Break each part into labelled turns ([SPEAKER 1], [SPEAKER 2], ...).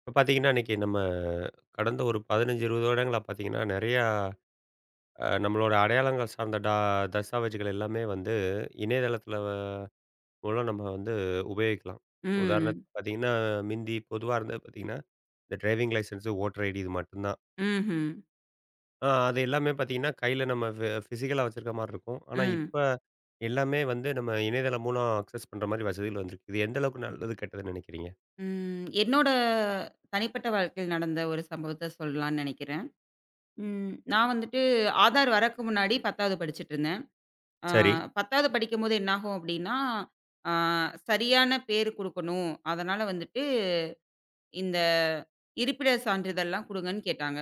[SPEAKER 1] இப்ப பார்த்தீங்கன்னா, இன்னைக்கு நம்ம கடந்த ஒரு 15, 20 வருடங்களா பார்த்தீங்கன்னா, நெறையா நம்மளோட அடையாளங்கள் சார்ந்த தஸ்தாவேஜுகள் எல்லாமே வந்து இணையதளத்தில மூலம் நம்ம வந்து உபயோகிக்கலாம்.
[SPEAKER 2] ம்.
[SPEAKER 1] உதாரணத்துக்கு பார்த்தீங்கன்னா, மிந்தி பொதுவா இருந்தது பார்த்தீங்கன்னா, இந்த டிரைவிங் லைசென்ஸு, ஓட்டர் ID இது மட்டும்தான்.
[SPEAKER 2] ம்ஹ்ம்.
[SPEAKER 1] அது எல்லாமே பார்த்தீங்கன்னா, கையில நம்ம ஃபிசிக்கலா வச்சிருக்க மாரி இருக்கும். ஆனா,
[SPEAKER 2] ம்.
[SPEAKER 1] இப்ப எல்லாமே வந்து நம்ம இணையதளம் மூலம் அக்சஸ் பண்ற மாரி வசதிகள் வந்திருக்கு. இது எந்த அளவுக்கு நல்லது, கெட்டதுன்னு நெனைக்கிறீங்க?
[SPEAKER 2] ம். என்னோட தனிப்பட்ட வாழ்க்கையில் நடந்த ஒரு சம்பவத்த சொல்லலான்னு நெனைக்கிறேன். ம். நான் வந்துட்டு ஆதார் வரக்கு முன்னாடி 10வது படிச்சுட்டுருந்தேன். ஆ
[SPEAKER 1] சரி.
[SPEAKER 2] 10வது படிக்கும்போது என்னாகும் அப்டின்னா, ஆ சரியான பேரு குடுக்கணும். அதனால வந்துட்டு இந்த இருப்பிடச் சான்றிதழ்லாம் குடுங்கன்னு கேட்டாங்க.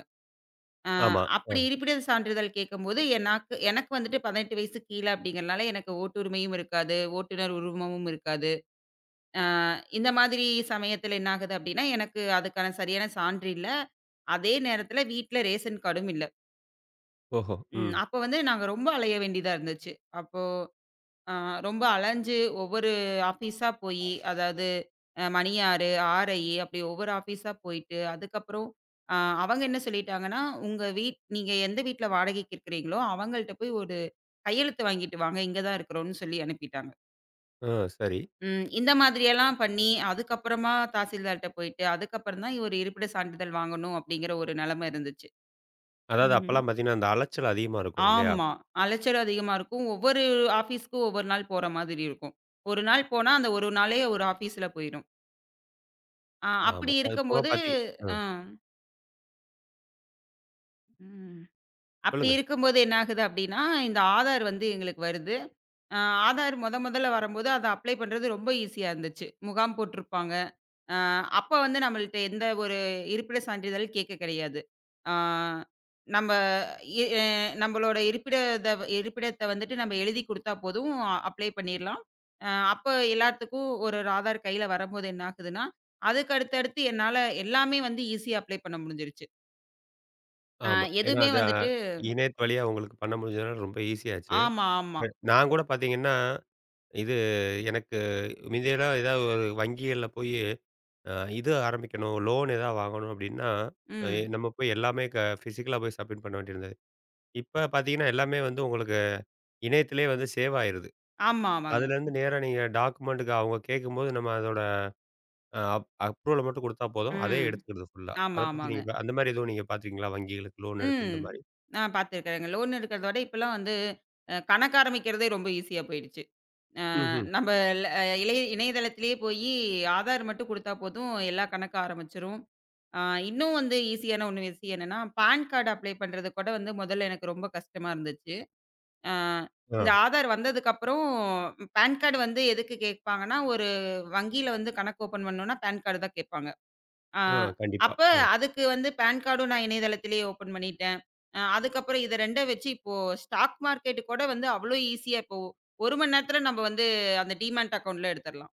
[SPEAKER 2] ஆ
[SPEAKER 1] ஆமா. அ.
[SPEAKER 2] அப்படி இருப்பிடச் சான்றிதழ் கேட்கும்போது, எனக்கு எனக்கு வந்துட்டு 18 வயசு கீழ அப்படிங்கிறனால எனக்கு ஓட்டுரிமையும் இருக்காது, ஓட்டுநர் உருவமும் இருக்காது. அ இந்த மாதிரி சமயத்துல என்ன ஆகுது அப்டின்னா, எனக்கு அதுக்கான சரியான சான்று இல்ல. அதே நேரத்துல வீட்ல ரேஷன் கார்டும் இல்ல.
[SPEAKER 1] ஓஹோ!
[SPEAKER 2] ம்.
[SPEAKER 1] ம்.
[SPEAKER 2] அப்போ வந்து நாங்க ரொம்ப அலைய வேண்டியதா இருந்துச்சு. அப்போ அ ரொம்ப அலைஞ்சு ஒவ்வொரு ஆஃபீஸா போயி, அதாவது மணியாறு, ஆர்ஐ அப்படி ஒவ்வொரு ஆஃபீஸா போயிட்டு, அதுக்கப்புறம் அ அவங்க என்ன சொல்லிட்டாங்கன்னா, "உங்க வீட் நீங்க எந்த வீட்ல வாடகைக்கு இருக்கிறீங்களோ, அவங்கள்ட்ட போய் ஒரு கையெழுத்து வாங்கிட்டு வாங்க. இங்க தான் இருக்கிறோம்னு" சொல்லி அனுப்பிட்டாங்க.
[SPEAKER 1] அ சரி.
[SPEAKER 2] ம். இந்த மாதிரியெல்லாம் பண்ணி, அதுக்கப்புறமா தாசில்தார்ட்ட போயிட்டு, அதுக்கப்புறம் தான் ஒரு இருப்பிட சான்றிதழ் வாங்கணும் அப்படிங்கிற ஒரு நிலைமை இருந்துச்சு.
[SPEAKER 1] அதாவது
[SPEAKER 2] ம்.
[SPEAKER 1] அப்பலாம் பார்த்தீங்கன்னா, அந்த அலைச்சல் அதிகமா இருக்கும் இல்லையா?
[SPEAKER 2] ஆமா. அலைச்சல் அதிகமா இருக்கும். ஒவ்வொரு ஆஃபீஸ்க்கும் ஒவ்வொரு நாள் போற மாதிரி இருக்கும். ஒரு நாள் போனா, அந்த ஒரு நாளே ஒரு ஆஃபீஸ்ல போயிரும். அப்படி
[SPEAKER 1] ஆமா. அது போக
[SPEAKER 2] இருக்கும்போது
[SPEAKER 1] பாத்தி ம்.
[SPEAKER 2] அ ம். அப்படி
[SPEAKER 1] சொல்லுங்க.
[SPEAKER 2] இருக்கும்போது என்ன ஆகுது அப்படின்னா, இந்த ஆதார் வந்து எங்களுக்கு வருது. அ ஆதார் மொதல்ல வரம்போது, அத அப்ளை பண்றது ரொம்ப ஈஸியா இருந்துச்சு. முகாம் போட்டிருப்பாங்க. அ அப்ப வந்து நம்மள்ட்ட எந்த ஒரு இருப்பிட சான்றிதழ் கேட்க கிடையாது. ஆ நம்ப இ அ நம்பளோட இருப்பிடத்த வந்துட்டு நம்ம எழுதி குடுத்தா போதும் அப்ளை பண்ணிரலாம். அப்ப எல்லாத்துக்கும் ஒரு ஆதார் கையில வரும்போது என்ன ஆகுதுன்னா, அதுக்கு அடுத்தடுத்து என்னால எல்லாமே வந்து ஈஸியா அப்ளை பண்ண முடிஞ்சிருச்சு. அ
[SPEAKER 1] ஆமா. ஏன்னா
[SPEAKER 2] எதுவுமே
[SPEAKER 1] அது
[SPEAKER 2] வந்துட்டு
[SPEAKER 1] இணையத்து வழியா உங்களுக்கு பண்ண முடிஞ்சதுனால ரொம்ப ஈஸியாச்சு.
[SPEAKER 2] ஆமா, ஆமா.
[SPEAKER 1] நான் கூட பார்த்தீங்கன்னா, இது எனக்கு மிந்தியெல்லாம் ஏதாவது ஒரு வங்கிகள்ல போயி அ இது ஆரம்பிக்கணும், லோன் ஏதாவது வாங்கணும் அப்டின்னா, அ எ
[SPEAKER 2] ம்.
[SPEAKER 1] நம்ம போய் எல்லாமே ஃபிசிக்கலா போய் சப்மிட் பண்ண வேண்டியிருந்தது. இப்ப பார்த்தீங்கன்னா, எல்லாமே வந்து உங்களுக்கு இணையத்திலேயே வந்து சேவ் ஆயிருது.
[SPEAKER 2] ஆமா, ஆமாங்க.
[SPEAKER 1] அதுலேருந்து நேரா நீங்க டாக்குமெண்டுக்கு அவங்க கேட்கும்போது, நம்ம அதோட அ அப் அப்ரூவல மட்டும் குடுத்தா போதும். அதே
[SPEAKER 2] ம்.
[SPEAKER 1] எடுத்துக்கிறது ஃபுல்லா. அத
[SPEAKER 2] ஆமா,
[SPEAKER 1] பத்தி
[SPEAKER 2] ஆமாங்க.
[SPEAKER 1] நீங்க அந்த மாரி எதுவும் நீங்க பார்த்துருக்கீங்களா? வங்கிகளுக்கு லோன் எடுத்து
[SPEAKER 2] ம்.
[SPEAKER 1] இந்த மாரி?
[SPEAKER 2] நான் பார்த்துருக்கிறேங்க. லோன் எடுக்கிறத விட இப்பலாம் வந்து கணக்கு ஆரம்பிக்கிறதே ரொம்ப ஈஸியா போயிடுச்சு.
[SPEAKER 1] ம்ஹ்ம்.
[SPEAKER 2] நம்ம ல இளைய இணையதளத்திலேயே போயி ஆதார் மட்டும் குடுத்தா போதும், எல்லா கணக்கு ஆரம்பிச்சுரும். ஆ இன்னும் வந்து ஈஸியான ஒண்ணு விஷயம் என்னன்னா, பான் கார்டு அப்ளை பண்றது கூட வந்து முதல்ல எனக்கு ரொம்ப கஷ்டமா இருந்துச்சு. ஆ
[SPEAKER 1] ஆ,
[SPEAKER 2] இந்த ஆதார் வந்ததுக்கப்புறம் பான் கார்டு வந்து எதுக்கு கேட்பாங்கன்னா, ஒரு வங்கியில வந்து கணக்கு ஓப்பன் பண்ணணும்னா பான் கார்டு தான் கேட்பாங்க. ஆ.
[SPEAKER 1] ஆ கண்டிப்பா.
[SPEAKER 2] அப்ப அதுக்கு வந்து பான் கார்டும் நான் இணையதளத்திலேயே ஓப்பன் பண்ணிட்டேன். அதுக்கப்புறம் இத 2 வச்சு இப்போ ஸ்டாக் மார்க்கெட் கூட வந்து அவ்ளோ ஈஸியா இப்போ 1 மணி நேரத்துல நம்ம வந்து அந்த டிமேட் அக்கவுண்ட்ல எடுத்துரலாம்.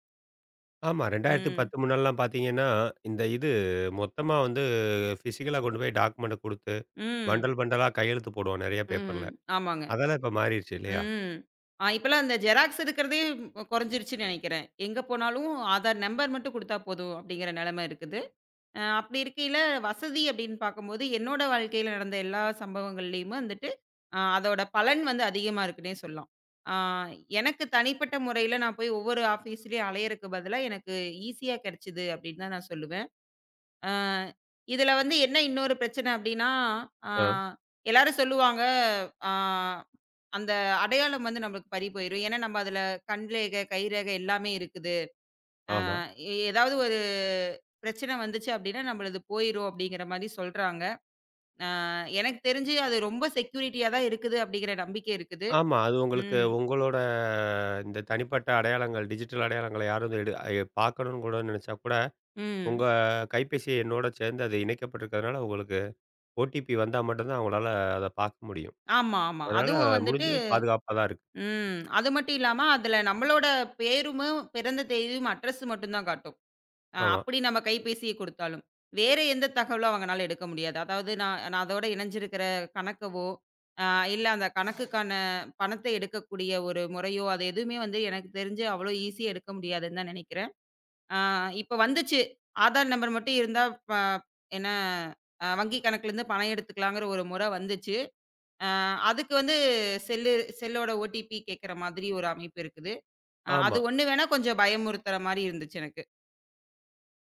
[SPEAKER 1] ஆமா
[SPEAKER 2] ம்.
[SPEAKER 1] 2010 முன்னாடிலாம் பார்த்தீங்கன்னா, இந்த இது மொத்தமா வந்து பிசிக்கலா கொண்டு போய் டாக்குமெண்ட்ட குடுத்து,
[SPEAKER 2] ம்.
[SPEAKER 1] பண்டல் பண்டலா கையெழுத்து போடுவோம் நெறைய பேப்பர்ல.
[SPEAKER 2] ம். ஆமாங்க.
[SPEAKER 1] அதெல்லாம் இப்ப மாறிருச்சு இல்லையா?
[SPEAKER 2] ம். இப்பலாம் அந்த ஜெராக்ஸ் எடுக்கிறதே கொறைஞ்சிருச்சுன்னு நெனைக்கிறேன். எங்க போனாலும் ஆதார் நம்பர் மட்டும் குடுத்தா போதும் அப்படிங்கிற நெலைமை இருக்குது. அப்படி இருக்கையில, வசதி அப்படின்னு பார்க்கும்போது, என்னோட வாழ்க்கையில நடந்த எல்லா சம்பவங்கள்லயுமே வந்துட்டு, அதோட பலன் வந்து அதிகமா இருக்குன்னே சொல்லலாம். ஆ எனக்கு தனிப்பட்ட முறையில நான் போய் ஒவ்வொரு ஆஃபீஸ்லயும் அலையறக்கு பதிலா, எனக்கு ஈஸியா கிடைச்சது அப்படின்னு தான் நான் சொல்லுவேன். அ இதுல வந்து என்ன இன்னொரு பிரச்சனை அப்படின்னா, அ
[SPEAKER 1] ஆ,
[SPEAKER 2] எல்லாரும் சொல்லுவாங்க, அ அந்த அடையாளம் வந்து நம்மளுக்கு பறி போயிரும். ஏன்னா, நம்ம அதுல கண் ரேகை, கை ரேகை எல்லாமே இருக்குது.
[SPEAKER 1] ஆமா.
[SPEAKER 2] ஏதாவது ஒரு பிரச்சனை வந்துச்சு அப்படின்னா, நம்மளது போயிரும் அப்படிங்கிற மாரி சொல்றாங்க. அ எனக்கு தெரிஞ்சு அது ரொம்ப செக்யூரிட்டியா தான் இருக்குது அப்படிங்கிற நம்பிக்கை இருக்குது.
[SPEAKER 1] ஆமா. அது உங்களுக்கு
[SPEAKER 2] ம்.
[SPEAKER 1] உங்களோட இந்த தனிப்பட்ட அடையாளங்கள், டிஜிட்டல் அடையாளங்கள யாரும் வந்து எடு அ பார்க்கணும்னு கூட நெனைச்சா கூட, உங்க
[SPEAKER 2] ம்.
[SPEAKER 1] கைபேசி எண்ணோட சேர்ந்து அது இணைக்கப்பட்டிருக்கிறதுனால உங்களுக்கு OTP வந்தா மட்டும் தான் அவங்களால அத பார்க்க முடியும்.
[SPEAKER 2] ஆமா, ஆமா.
[SPEAKER 1] அதனால
[SPEAKER 2] அதுவும் வந்துட்டு
[SPEAKER 1] முடிஞ்ச அளவு பாதுகாப்பா தான் இருக்கு.
[SPEAKER 2] ம். அது மட்டும் இல்லாம, அதுல நம்மளோட பேருமும், பிறந்த தேதியும், அட்ரஸும் மட்டும் தான் காட்டும்.
[SPEAKER 1] ஆமா,
[SPEAKER 2] அப்படி நம்ம கைபேசியை கொடுத்தாலும். வேற எந்த தகவலும் அவங்கனால எடுக்க முடியாது. அதாவது நான் நான் அதோட இணைஞ்சிருக்கிற கணக்கவோ, அ இல்ல அந்த கணக்குக்கான பணத்த எடுக்கக்கூடிய ஒரு முறையோ, அது எதுவுமே வந்து எனக்கு தெரிஞ்சு அவ்வளோ ஈஸியா எடுக்க முடியாதுன்னு தான் நெனைக்கிறேன். அ இப்ப வந்துச்சு. ஆதார் நம்பர் மட்டும் இருந்தா ப என்ன வங்கி கணக்குலேருந்து பணம் எடுத்துக்கலாங்கிற ஒரு முறை வந்துச்சு. அ அதுக்கு வந்து செல்லு செல்லோட ஓடிபி கேட்கிற மாதிரி ஒரு அமைப்பு இருக்குது. அது
[SPEAKER 1] ஆமா.
[SPEAKER 2] ஒண்ணு வேணா கொஞ்சம் பயமுறுத்துற மாரி இருந்துச்சு எனக்கு.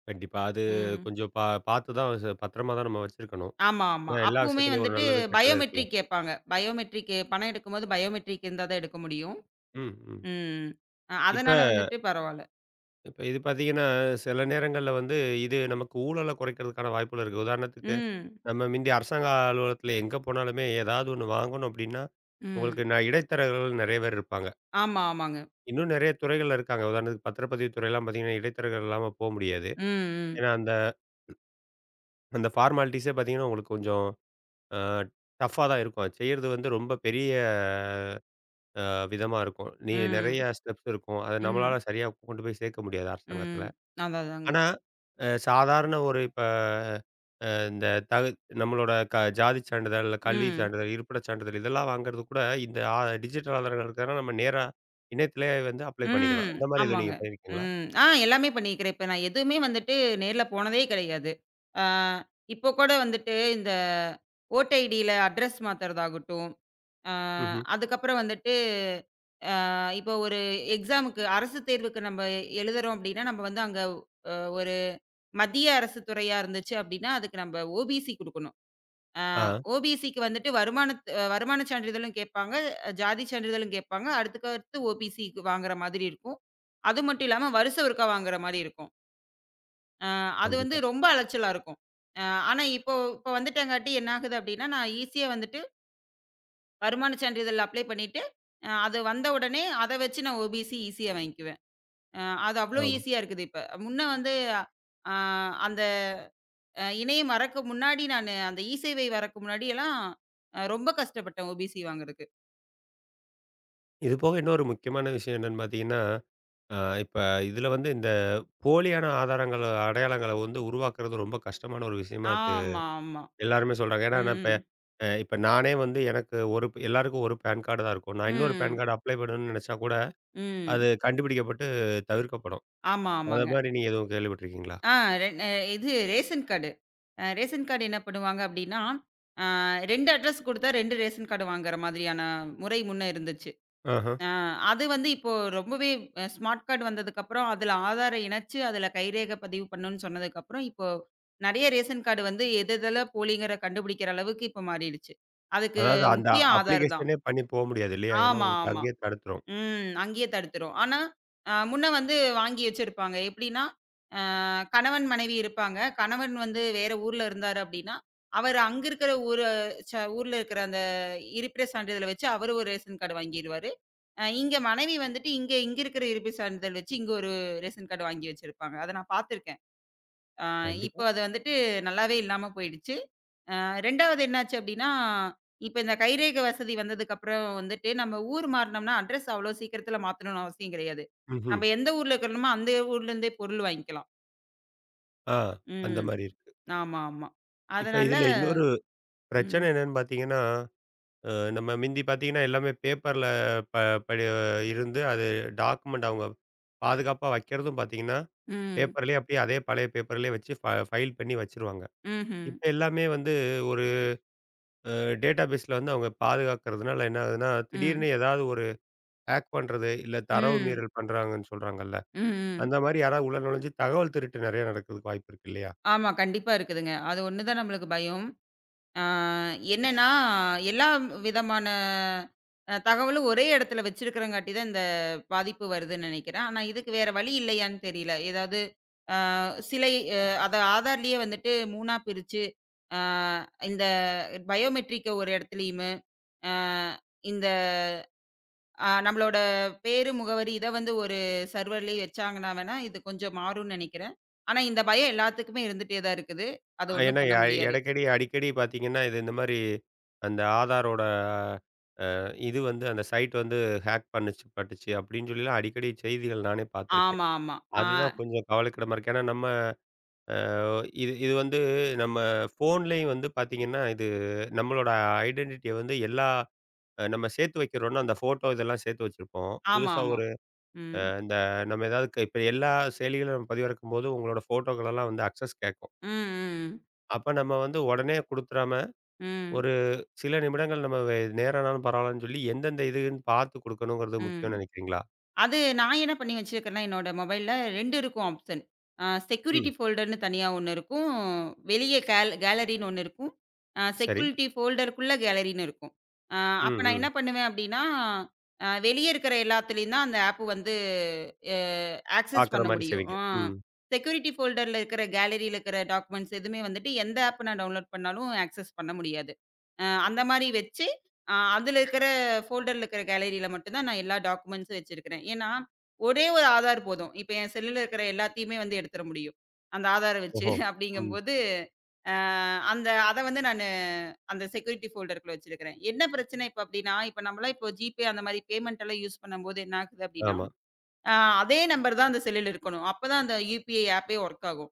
[SPEAKER 1] கண்டிப்பா. அது
[SPEAKER 2] ம்.
[SPEAKER 1] கொஞ்சம் பார்த்து தான் பத்திரமா தான் நம்ம வச்சிருக்கணும்.
[SPEAKER 2] ஆமா, ஆமா.
[SPEAKER 1] ஏன்னா எல்லா
[SPEAKER 2] அப்பவுமே
[SPEAKER 1] விஷயத்துலயும் ஒரு
[SPEAKER 2] வந்துட்டு
[SPEAKER 1] நல்லது, கெட்டது இருக்குல்ல.
[SPEAKER 2] பயோமெட்ரிக் கேட்பாங்க. பயோமெட்ரிக் பணம் எடுக்கும்போது பயோமெட்ரிக் இருந்தா தான் எடுக்க முடியும்.
[SPEAKER 1] ம், ம்.
[SPEAKER 2] ம்.
[SPEAKER 1] இப்ப
[SPEAKER 2] அதனால வந்துட்டு பரவால்ல.
[SPEAKER 1] இப்ப இது பார்த்தீங்கன்னா, சில நேரங்கள்ல வந்து இது நமக்கு ஊழல குறைக்கிறதுக்கான வாய்ப்புகள் இருக்கு. உதாரணத்துக்கு
[SPEAKER 2] ம்,
[SPEAKER 1] நம்ம முந்தி அரசாங்க அலுவலகத்துல எங்க போனாலுமே ஏதாவது ஒண்ணு வாங்கணும் அப்டின்னா, உங்களுக்கு
[SPEAKER 2] ம்.
[SPEAKER 1] நான் இடைத்தரகர்கள் நெறைய பேர் இருப்பாங்க.
[SPEAKER 2] ஆமா, ஆமாங்க.
[SPEAKER 1] இன்னும் நெறைய துறைகள்ல இருக்காங்க. உதாரணத்துக்கு பத்திரப்பதிவு துறைலாம் பார்த்தீங்கன்னா, இடைத்தரகர்கள் இல்லாம போ முடியாது.
[SPEAKER 2] ம், ம்,
[SPEAKER 1] ஏன்னா அந்த அந்த ஃபார்மாலிட்டீஸே பார்த்தீங்கன்னா, உங்களுக்கு கொஞ்சம் அ டஃப்பா தான் இருக்கும். அது செய்றது வந்து ரொம்ப பெரிய அ விதமா இருக்கும். நீ நெறைய
[SPEAKER 2] ம்,
[SPEAKER 1] ஸ்டெப்ஸ் இருக்கும். அத
[SPEAKER 2] ம்,
[SPEAKER 1] நம்மளால சரியா கொண்டு போய் சேர்க்க முடியாது அரசாங்கத்தில.
[SPEAKER 2] ம். அதான் அதாங்க.
[SPEAKER 1] ஆனா, சாதாரண ஒரு இப்ப அ இந்த தகு நம்மளோட ஜாதி சான்றிதழ், கல்வி
[SPEAKER 2] ம்,
[SPEAKER 1] சான்றிதழ், இருப்பிடச் சான்றிதழ் இதெல்லாம் வாங்குறது கூட இந்த டிஜிட்டல் ஆதாரங்கள் இருக்கிறதுனால நம்ம நேரா இணையத்திலேயே வந்து அப்ளை
[SPEAKER 2] ம்.
[SPEAKER 1] பண்ணிக்கலாம். அந்த மாரி எதுவும்
[SPEAKER 2] ஆமாங்க.
[SPEAKER 1] நீங்க பண்ணியிருக்கீங்களா?
[SPEAKER 2] ம். எல்லாமே பண்ணியிருக்கிறேன். இப்ப நான் எதுவுமே வந்துட்டு நேர்ல போனதே கிடையாது. ஆ இப்போ கூட வந்துட்டு இந்த ஓட்டை ஐடியில அட்ரஸ் மாத்துறதாகட்டும், ஆ
[SPEAKER 1] ம்ஹ்ம்.
[SPEAKER 2] அதுக்கப்புறம் வந்துட்டு இப்போ ஒரு எக்ஸாமுக்கு அரசு தேர்வுக்கு நம்ம எழுதுறோம் அப்படின்னா, நம்ம வந்து அங்க ஒரு மத்திய அரசு துறையா இருந்துச்சு அப்படின்னா, அதுக்கு நம்ம ஓபிசி குடுக்கணும். அ
[SPEAKER 1] ஆ
[SPEAKER 2] ஓபிசிக்கு வந்துட்டு வருமான சான்றிதழும் கேட்பாங்க, ஜாதி சான்றிதழும் கேட்பாங்க. அடுத்துக்கடுத்து ஓபிசிக்கு வாங்குற மாதிரி இருக்கும். அது மட்டும் இல்லாம வருஷம் ஒருக்கா வாங்குற மாரி இருக்கும். அ அது வந்து
[SPEAKER 1] கண்டிப்பா.
[SPEAKER 2] ரொம்ப அலைச்சலா இருக்கும். அ ஆனா இப்போ இப்போ வந்துட்டங்காட்டி என்ன ஆகுது அப்படின்னா, நான் ஈஸியா வந்துட்டு வருமான சான்றிதழ் அப்ளை பண்ணிட்டு, அது வந்த உடனே அத வச்சு நான் ஓபிசி ஈஸியா வாங்கிக்குவேன். அது அவ்ளோ
[SPEAKER 1] ஆமா.
[SPEAKER 2] ஈஸியா இருக்குது இப்ப. முன்ன வந்து அ அந்த இணையம் வரக்கு முன்னாடி நானு அந்த இசேவை வரக்கு முன்னாடியெல்லாம் ரொம்ப கஷ்டப்பட்டேன் ஓபிசி வாங்குறதுக்கு.
[SPEAKER 1] இது போக இன்னொரு முக்கியமான விஷயம் என்னன்னு பார்த்தீங்கன்னா இப்ப இதுல வந்து இந்த போலியான ஆதாரங்கள அடையாளங்கள வந்து உருவாக்குறது ரொம்ப கஷ்டமான ஒரு விஷயமா இது
[SPEAKER 2] ஆமா, ஆமா.
[SPEAKER 1] எல்லாருமே சொல்றாங்க. ஏன்னா, நான் இப்ப
[SPEAKER 2] ம்.
[SPEAKER 1] அ இப்ப நானே வந்து எனக்கு ஒரு எல்லாருக்கும் ஒரு பேன் கார்டு தான் இருக்கும். நான் இன்னொரு பேன்
[SPEAKER 2] ம்.
[SPEAKER 1] கார்டு அப்ளை பண்ணணும்னு நினைச்சா கூட,
[SPEAKER 2] ம்.
[SPEAKER 1] அது கண்டுபிடிக்கப்பட்டு தவிர்க்கப்படும்.
[SPEAKER 2] ஆமா,
[SPEAKER 1] அத
[SPEAKER 2] ஆமாங்க.
[SPEAKER 1] மாரி நீங்க எதுவும் கேள்விப்பட்டுருக்கீங்களா?
[SPEAKER 2] ஆ ரெ அ இது ரேஷன் கார்டு. ரேஷன் கார்டு என்ன பண்ணுவாங்க அப்டின்னா, அ 2 அட்ரஸ் குடுத்தா 2 ரேஷன் கார்டு வாங்குற மாதிரியான முறை முன்ன இருந்துச்சு.
[SPEAKER 1] ஆஹ.
[SPEAKER 2] ஆ அது வந்து இப்போ ரொம்பவே ஸ்மார்ட் கார்டு வந்ததுக்கப்புறம், அதுல ஆதார இணைச்சு, அதுல கைரேகை பதிவு பண்ணுன்னு சொன்னதுக்கப்புறம், இப்போ நெறைய ரேஷன் கார்டு வந்து எது எதுல போலிங்கிற கண்டுபிடிக்கிற அளவுக்கு இப்ப மாறிடுச்சு. அதுக்கு
[SPEAKER 1] அதாவது அந்த
[SPEAKER 2] முக்கிய ஆதார் தான்.
[SPEAKER 1] அப்ளிகேஷனே பண்ணி போ முடியாது இல்லையா? ஏன்னா,
[SPEAKER 2] ஆமா,
[SPEAKER 1] உங்களுக்கு
[SPEAKER 2] ஆமா.
[SPEAKER 1] அங்கேயே தடுத்துரும்.
[SPEAKER 2] ம். அங்கேயே தடுத்துரும். ஆனா, முன்ன வந்து வாங்கி வச்சிருப்பாங்க. எப்படின்னா, கணவன், மனைவி இருப்பாங்க. கணவன் வந்து வேற ஊர்ல இருந்தாரு அப்டின்னா, அவரு அங்க இருக்கிற ஊர ஊர்ல இருக்கிற அந்த இருப்பிடச் சான்றிதழ வச்சு அவரு ஒரு ரேஷன் கார்டு வாங்கிருவாரு. இங்க மனைவி வந்துட்டு இங்க இங்க இருக்கிற இருப்பிடச் சான்றிதழ் வச்சு இங்க ஒரு ரேஷன் கார்டு வாங்கி வச்சிருப்பாங்க. அத நான் பாத்துருக்கேன். அ
[SPEAKER 1] கண்டிப்பா.
[SPEAKER 2] இப்ப அது வந்துட்டு நல்லாவே இல்லாம போயிடுச்சு. 2வது என்னாச்சு அப்டின்னா, இப்ப இந்த கைரேகை வசதி வந்ததுக்கு அப்புறம் வந்துட்டு நம்ம ஊர் மாறுனோம்னா அட்ரஸ் அவ்ளோ சீக்கிரத்துல மாத்தணும்னு அவசியம் கிடையாது.
[SPEAKER 1] ம்ஹ்ம்.
[SPEAKER 2] நம்ம எந்த ஊர்ல இருக்கிறோமோ அந்த ஊர்ல இருந்தே பொருள் வாங்கிக்கலாம்.
[SPEAKER 1] ஆ அந்த
[SPEAKER 2] ம்.
[SPEAKER 1] மாரி இருக்கு.
[SPEAKER 2] ஆமா, ஆமா.
[SPEAKER 1] இப்ப
[SPEAKER 2] அதனால
[SPEAKER 1] இதுல இன்னொரு பிரச்சனை
[SPEAKER 2] ம்.
[SPEAKER 1] என்னன்னு பார்த்தீங்கன்னா நம்ம மிந்தி பார்த்தீங்கன்னா, எல்லாமே பேப்பர்ல ப படி இருந்து அது டாக்குமெண்ட் அவங்க பாதுகாப்பா வைக்கிறதும் பார்த்தீங்கன்னா,
[SPEAKER 2] ம்.
[SPEAKER 1] பேப்பர்லயே அப்படியே அதே பழைய பேப்பர்லயே வச்சு ஃபைல் பண்ணி வச்சுருவாங்க.
[SPEAKER 2] ம்ஹ்ம்.
[SPEAKER 1] இப்ப எல்லாமே வந்து ஒரு அ டேட்டாபேஸ்ல வந்து அவங்க பாதுகாக்கிறதுனால என்ன ஆகுதுன்னா,
[SPEAKER 2] ம்.
[SPEAKER 1] திடீர்னு ஏதாவது ஒரு ஹேக் பண்றது, இல்ல தரவு
[SPEAKER 2] ம்.
[SPEAKER 1] மீறல் பண்றாங்கன்னு சொல்றாங்கல்ல.
[SPEAKER 2] ம், ம்.
[SPEAKER 1] அந்த மாரி யாராவது உள்ள நுழைஞ்சு தகவல் திருட்டு நெறைய நடக்கிறதுக்கு வாய்ப்பு இருக்கு இல்லையா?
[SPEAKER 2] ஆமா. கண்டிப்பா இருக்குதுங்க. அது ஒண்ணு தான் நம்மளுக்கு பயம். ஆ என்னன்னா, எல்லா விதமான தகவலும் ஒரே இடத்துல வச்சிருக்கிறங்காட்டி தான் இந்த பாதிப்பு வருதுன்னு நெனைக்கிறேன். ஆனா இதுக்கு வேற வழி இல்லையான்னு தெரியல. ஏதாவது ஆ சிலை அ அத ஆதார்லயே வந்துட்டு 3ஆ பிரிச்சு, ஆ இந்த பயோமெட்ரிக்க ஒரு இடத்துலயுமு, ஆ இந்த நம்மளோட பேரு, முகவரி இத வந்து ஒரு சர்வர்லயே வச்சாங்கன்னா வேணா, இது கொஞ்சம் மாறும்னு நெனைக்கிறேன். ஆனா இந்த பயம் எல்லாத்துக்குமே இருந்துட்டே தான் இருக்குது. அது ஒண்ணும்
[SPEAKER 1] ஏன்னா
[SPEAKER 2] பண்ண
[SPEAKER 1] எ
[SPEAKER 2] முடியாது.
[SPEAKER 1] எடைக்கடி அடிக்கடி பார்த்தீங்கன்னா, இது இந்த மாரி அந்த ஆதாரோட இது வந்து அந்த சைட் வந்து ஹேக் பண்ணுச்சு பட்டுச்சு அப்படின்னு சொல்லிலாம் அடிக்கடி செய்திகள் நானே பார்த்துருக்கேன்.
[SPEAKER 2] ஆமா, ஆமா. ஆ
[SPEAKER 1] அதுதான் கொஞ்சம் கவலைக்கிடமா இருக்கு. ஏன்னா நம்ம அ இது இது வந்து நம்ம ஃபோன்லேயும் வந்து பார்த்தீங்கன்னா, இது நம்மளோட ஐடென்டிட்டிய வந்து எல்லா நம்ம சேர்த்து வைக்கிறோம்னா, அந்த ஃபோட்டோ இதெல்லாம் சேர்த்து வச்சிருப்போம்.
[SPEAKER 2] ஆமா,
[SPEAKER 1] புதுசா
[SPEAKER 2] ஆமா.
[SPEAKER 1] ஒரு அ
[SPEAKER 2] ம்.
[SPEAKER 1] இந்த நம்ம ஏதாவது இப்ப எல்லா செயலிகளும் நம்ம பதிவிறக்கும்போது உங்களோட ஃபோட்டோக்களெல்லாம் வந்து அக்சஸ் கேட்கும்.
[SPEAKER 2] ம், ம்.
[SPEAKER 1] அப்ப நம்ம வந்து உடனே குடுத்துறாம,
[SPEAKER 2] ம்,
[SPEAKER 1] ஒரு சில நிமிடங்கள் நம்ம நேரம் ஆனாலும் பரவாயில்லன்னு சொல்லி எந்தெந்த இதுன்னு பார்த்து குடுக்கணுங்கிறது
[SPEAKER 2] ம்.
[SPEAKER 1] முக்கியம்னு நினைக்கிறீங்களா?
[SPEAKER 2] அது நான் என்ன பண்ணி வச்சிருக்கேன்னா, என்னோட மொபைல்ல 2 இருக்கும் ஆப்ஷன். அ செக்யூரிட்டி ஃபோல்டர்ன்னு தனியா ஒண்ணு இருக்கும். வெளிய கேலரின்னு ஒண்ணு இருக்கும்.
[SPEAKER 1] சரி.
[SPEAKER 2] செக்யூரிட்டி ஃபோல்டருக்குள்ள கேலரின்னு இருக்கும். அ அப்ப
[SPEAKER 1] ம்,
[SPEAKER 2] நான்
[SPEAKER 1] ம்.
[SPEAKER 2] என்ன பண்ணுவேன் அப்படின்னா, வெளிய இருக்கிற எல்லாத்துலயும் தான் அந்த ஆப் வந்து அ ஆக்சஸ்
[SPEAKER 1] பாக்குற
[SPEAKER 2] பண்ண
[SPEAKER 1] மாரி
[SPEAKER 2] முடியும்.
[SPEAKER 1] செய்வீங்க. ம்.
[SPEAKER 2] செக்யூரிட்டி ஃபோல்டர்ல இருக்கிற கேலரியில இருக்கிற டாக்குமெண்ட்ஸ் எதுவுமே வந்துட்டு எந்த ஆப் நான் டவுன்லோட் பண்ணாலும் ஆக்சஸ் பண்ண முடியாது. அந்த மாரி வச்சு அதுல இருக்கிற ஃபோல்டர்ல இருக்கிற கேலரியில மட்டும் தான் நான் எல்லா டாக்குமெண்ட்ஸும் வச்சிருக்கிறேன். ஏன்னா, ஒரே ஒரு ஆதார் போதும். இப்ப என் செல்லுல இருக்கிற எல்லாத்தையுமே வந்து எடுத்துற முடியும். அந்த ஆதார வச்சு
[SPEAKER 1] ஓஹோ! ம்.
[SPEAKER 2] அப்படிங்கும்போது, அ அந்த அத வந்து நானு அந்த செக்யூரிட்டி ஃபோல்டருக்குள்ள வச்சிருக்கிறேன். என்ன பிரச்சனை இப்ப அப்படின்னா, இப்ப நம்மலாம் இப்போ ஜிபே அந்த மாரி பேமெண்ட் எல்லாம் யூஸ் பண்ணும்போது என்ன ஆகுது அப்படின்னா,
[SPEAKER 1] ஆமா.
[SPEAKER 2] அ அதே நம்பர் தான் அந்த செல்லுல இருக்கணும். அப்பதான் அந்த யுபிஐ ஆப்பே வொர்க் ஆகும்.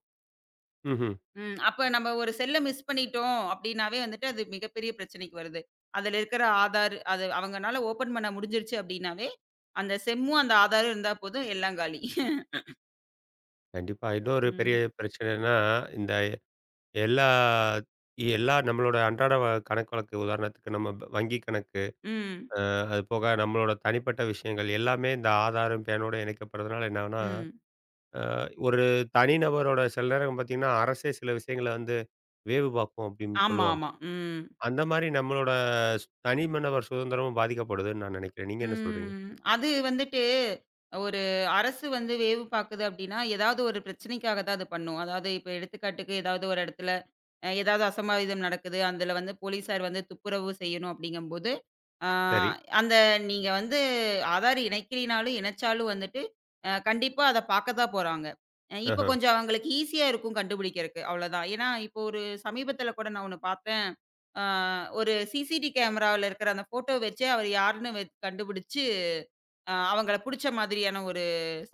[SPEAKER 1] ம்ஹ்ம்.
[SPEAKER 2] ம். அப்ப நம்ம ஒரு செல்ல மிஸ் பண்ணிட்டோம் அப்படின்னாவே வந்துட்டு, அது மிகப்பெரிய பிரச்சனைக்கு வருது. அதுல இருக்கிற ஆதார் அது அவங்கனால ஓப்பன் பண்ண முடிஞ்சிருச்சு அப்படின்னாவே, அந்த செம்மும், அந்த ஆதாரும் இருந்தா போதும் எல்லாம் காலி.
[SPEAKER 1] கண்டிப்பா. இன்னொரு பெரிய
[SPEAKER 2] ம்.
[SPEAKER 1] பிரச்சனைன்னா, இந்த எல்லா எல்லா நம்மளோட அன்றாட கணக்கு வழக்கு உதாரணத்துக்கு நம்ம வங்கி கணக்கு,
[SPEAKER 2] ம்.
[SPEAKER 1] அது போக நம்மளோட தனிப்பட்ட விஷயங்கள் எல்லாமே இந்த ஆதாரும், பேனோட இணைக்கப்படுறதுனால என்னாகும்னா,
[SPEAKER 2] ம்.
[SPEAKER 1] அ ஒரு தனிநபரோட சில நேரம் பாத்தீங்கன்னா, அரசே சில விஷயங்கள வந்து வேவு பாக்கும் அப்படின்னு
[SPEAKER 2] ஆமா,
[SPEAKER 1] சொல்லுவாங்க.
[SPEAKER 2] ஆமா. ம்.
[SPEAKER 1] அந்த மாரி நம்மளோட தனிமனிதர் சுதந்திரமும் பாதிக்கப்படுதுன்னு நான் நினைக்கிறேன். நீங்க என்ன சொல்றீங்க?
[SPEAKER 2] ம். அது வந்துட்டு ஒரு அரசு வந்து வேவு பாக்குது அப்படின்னா, ஏதாவது ஒரு பிரச்சனைக்காக தான் அது பண்ணும். அதாவது இப்ப எடுத்துக்காட்டுக்கு ஏதாவது ஒரு இடத்துல, ஏதாவது அசம்பாவிதம் நடக்குது. அதுல வந்து போலீஸார் வந்து துப்புரவு செய்யணும் அப்படிங்கும்போது ஆ,
[SPEAKER 1] சரி.
[SPEAKER 2] அந்த நீங்க வந்து ஆதார் இணைக்கிறீனாலும், இணைச்சாலும் வந்துட்டு, கண்டிப்பா அத பாக்க தான் போறாங்க. இப்ப
[SPEAKER 1] ஆஹ.
[SPEAKER 2] கொஞ்சம் அவங்களுக்கு ஈஸியா இருக்கும் கண்டுபிடிக்கிறக்கு, அவ்வளோதான். ஏன்னா, இப்போ ஒரு சமீபத்தில கூட நான் ஒண்ணு பார்த்தேன். ஆ ஒரு சிசிடி கேமராவுல இருக்கிற அந்த ஃபோட்டோ வச்சே அவர் யாருன்னு கண்டுபிடிச்சு, அவங்கள புடிச்ச மாதிரியான ஒரு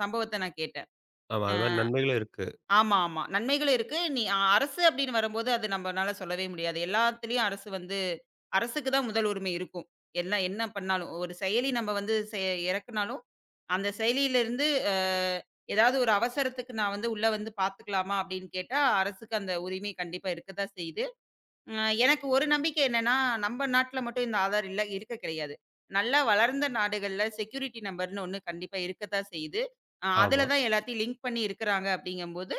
[SPEAKER 2] சம்பவத்த நான் கேட்டேன்.
[SPEAKER 1] ஆமா. அது மாரி நன்மைகளும் இருக்கு.
[SPEAKER 2] ஆமா, ஆமா. நன்மைகளும் இருக்கு. நீ அ அரசு அப்படின்னு வரும்போது அது நம்மனால சொல்லவே முடியாது. எல்லாத்துலயும் அரசு வந்து அரசுக்கு தான் முதல் உரிமை இருக்கும். எல்லாம் என்ன பண்ணாலும். ஒரு செயலி நம்ம வந்து இறக்குனாலும், அந்த செயலியிலிருந்து ஏதாவது ஒரு அவசரத்துக்கு நான் வந்து உள்ள வந்து பார்த்துக்கலாமா அப்படின்னு கேட்டா, அரசுக்கு அந்த உரிமை கண்டிப்பா இருக்க தான் செய்யுது. அ எனக்கு ஒரு நம்பிக்கை என்னன்னா, நம்ம நாட்ல மட்டும் இந்த ஆதார் இல்ல இருக்க கிடையாது. நல்லா வளர்ந்த நாடுகள்ல செக்யூரிட்டி நம்பர்ன்னு ஒண்ணு கண்டிப்பா இருக்க தான் செய்யுது.
[SPEAKER 1] ஆமா.
[SPEAKER 2] அதுல தான் எல்லாத்தையும் லிங்க் பண்ணி இருக்கிறாங்க அப்படிங்கும்போது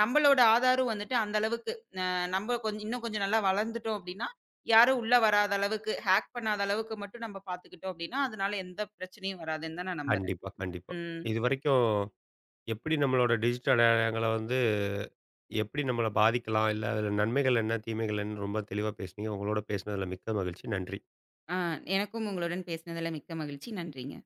[SPEAKER 2] நம்மளோட ஆதாரம் வந்துட்டு அந்த அளவுக்கு அ நம்ம கொஞ்சம் இன்னும் கொஞ்சம் நல்லா வளர்ந்துட்டோம் அப்டின்னா, யாரும் உள்ள வராத அளவுக்கு, ஹேக் பண்ணாத அளவுக்கு மட்டும் நம்ம பார்த்துக்கிட்டோம் அப்டின்னா, அதனால எந்த பிரச்சனையும் வராதுன்னு தான் நான் நம்புறேன்.
[SPEAKER 1] கண்டிப்பா, கண்டிப்பா.
[SPEAKER 2] ம்.
[SPEAKER 1] இதுவரைக்கும் எப்படி நம்மளோட டிஜிட்டல் அடையாளங்கள வந்து எப்படி நம்மள பாதிக்கலாம்? இல்ல அதில நன்மைகள் என்ன? தீமைகள் என்னன்னு ரொம்ப தெளிவா பேசுனீங்க. உங்களோட பேசினதில மிக்க மகிழ்ச்சி. நன்றி.
[SPEAKER 2] ஆ எனக்கும் உங்களுடன் பேசினதுல மிக்க மகிழ்ச்சி. நன்றிங்க.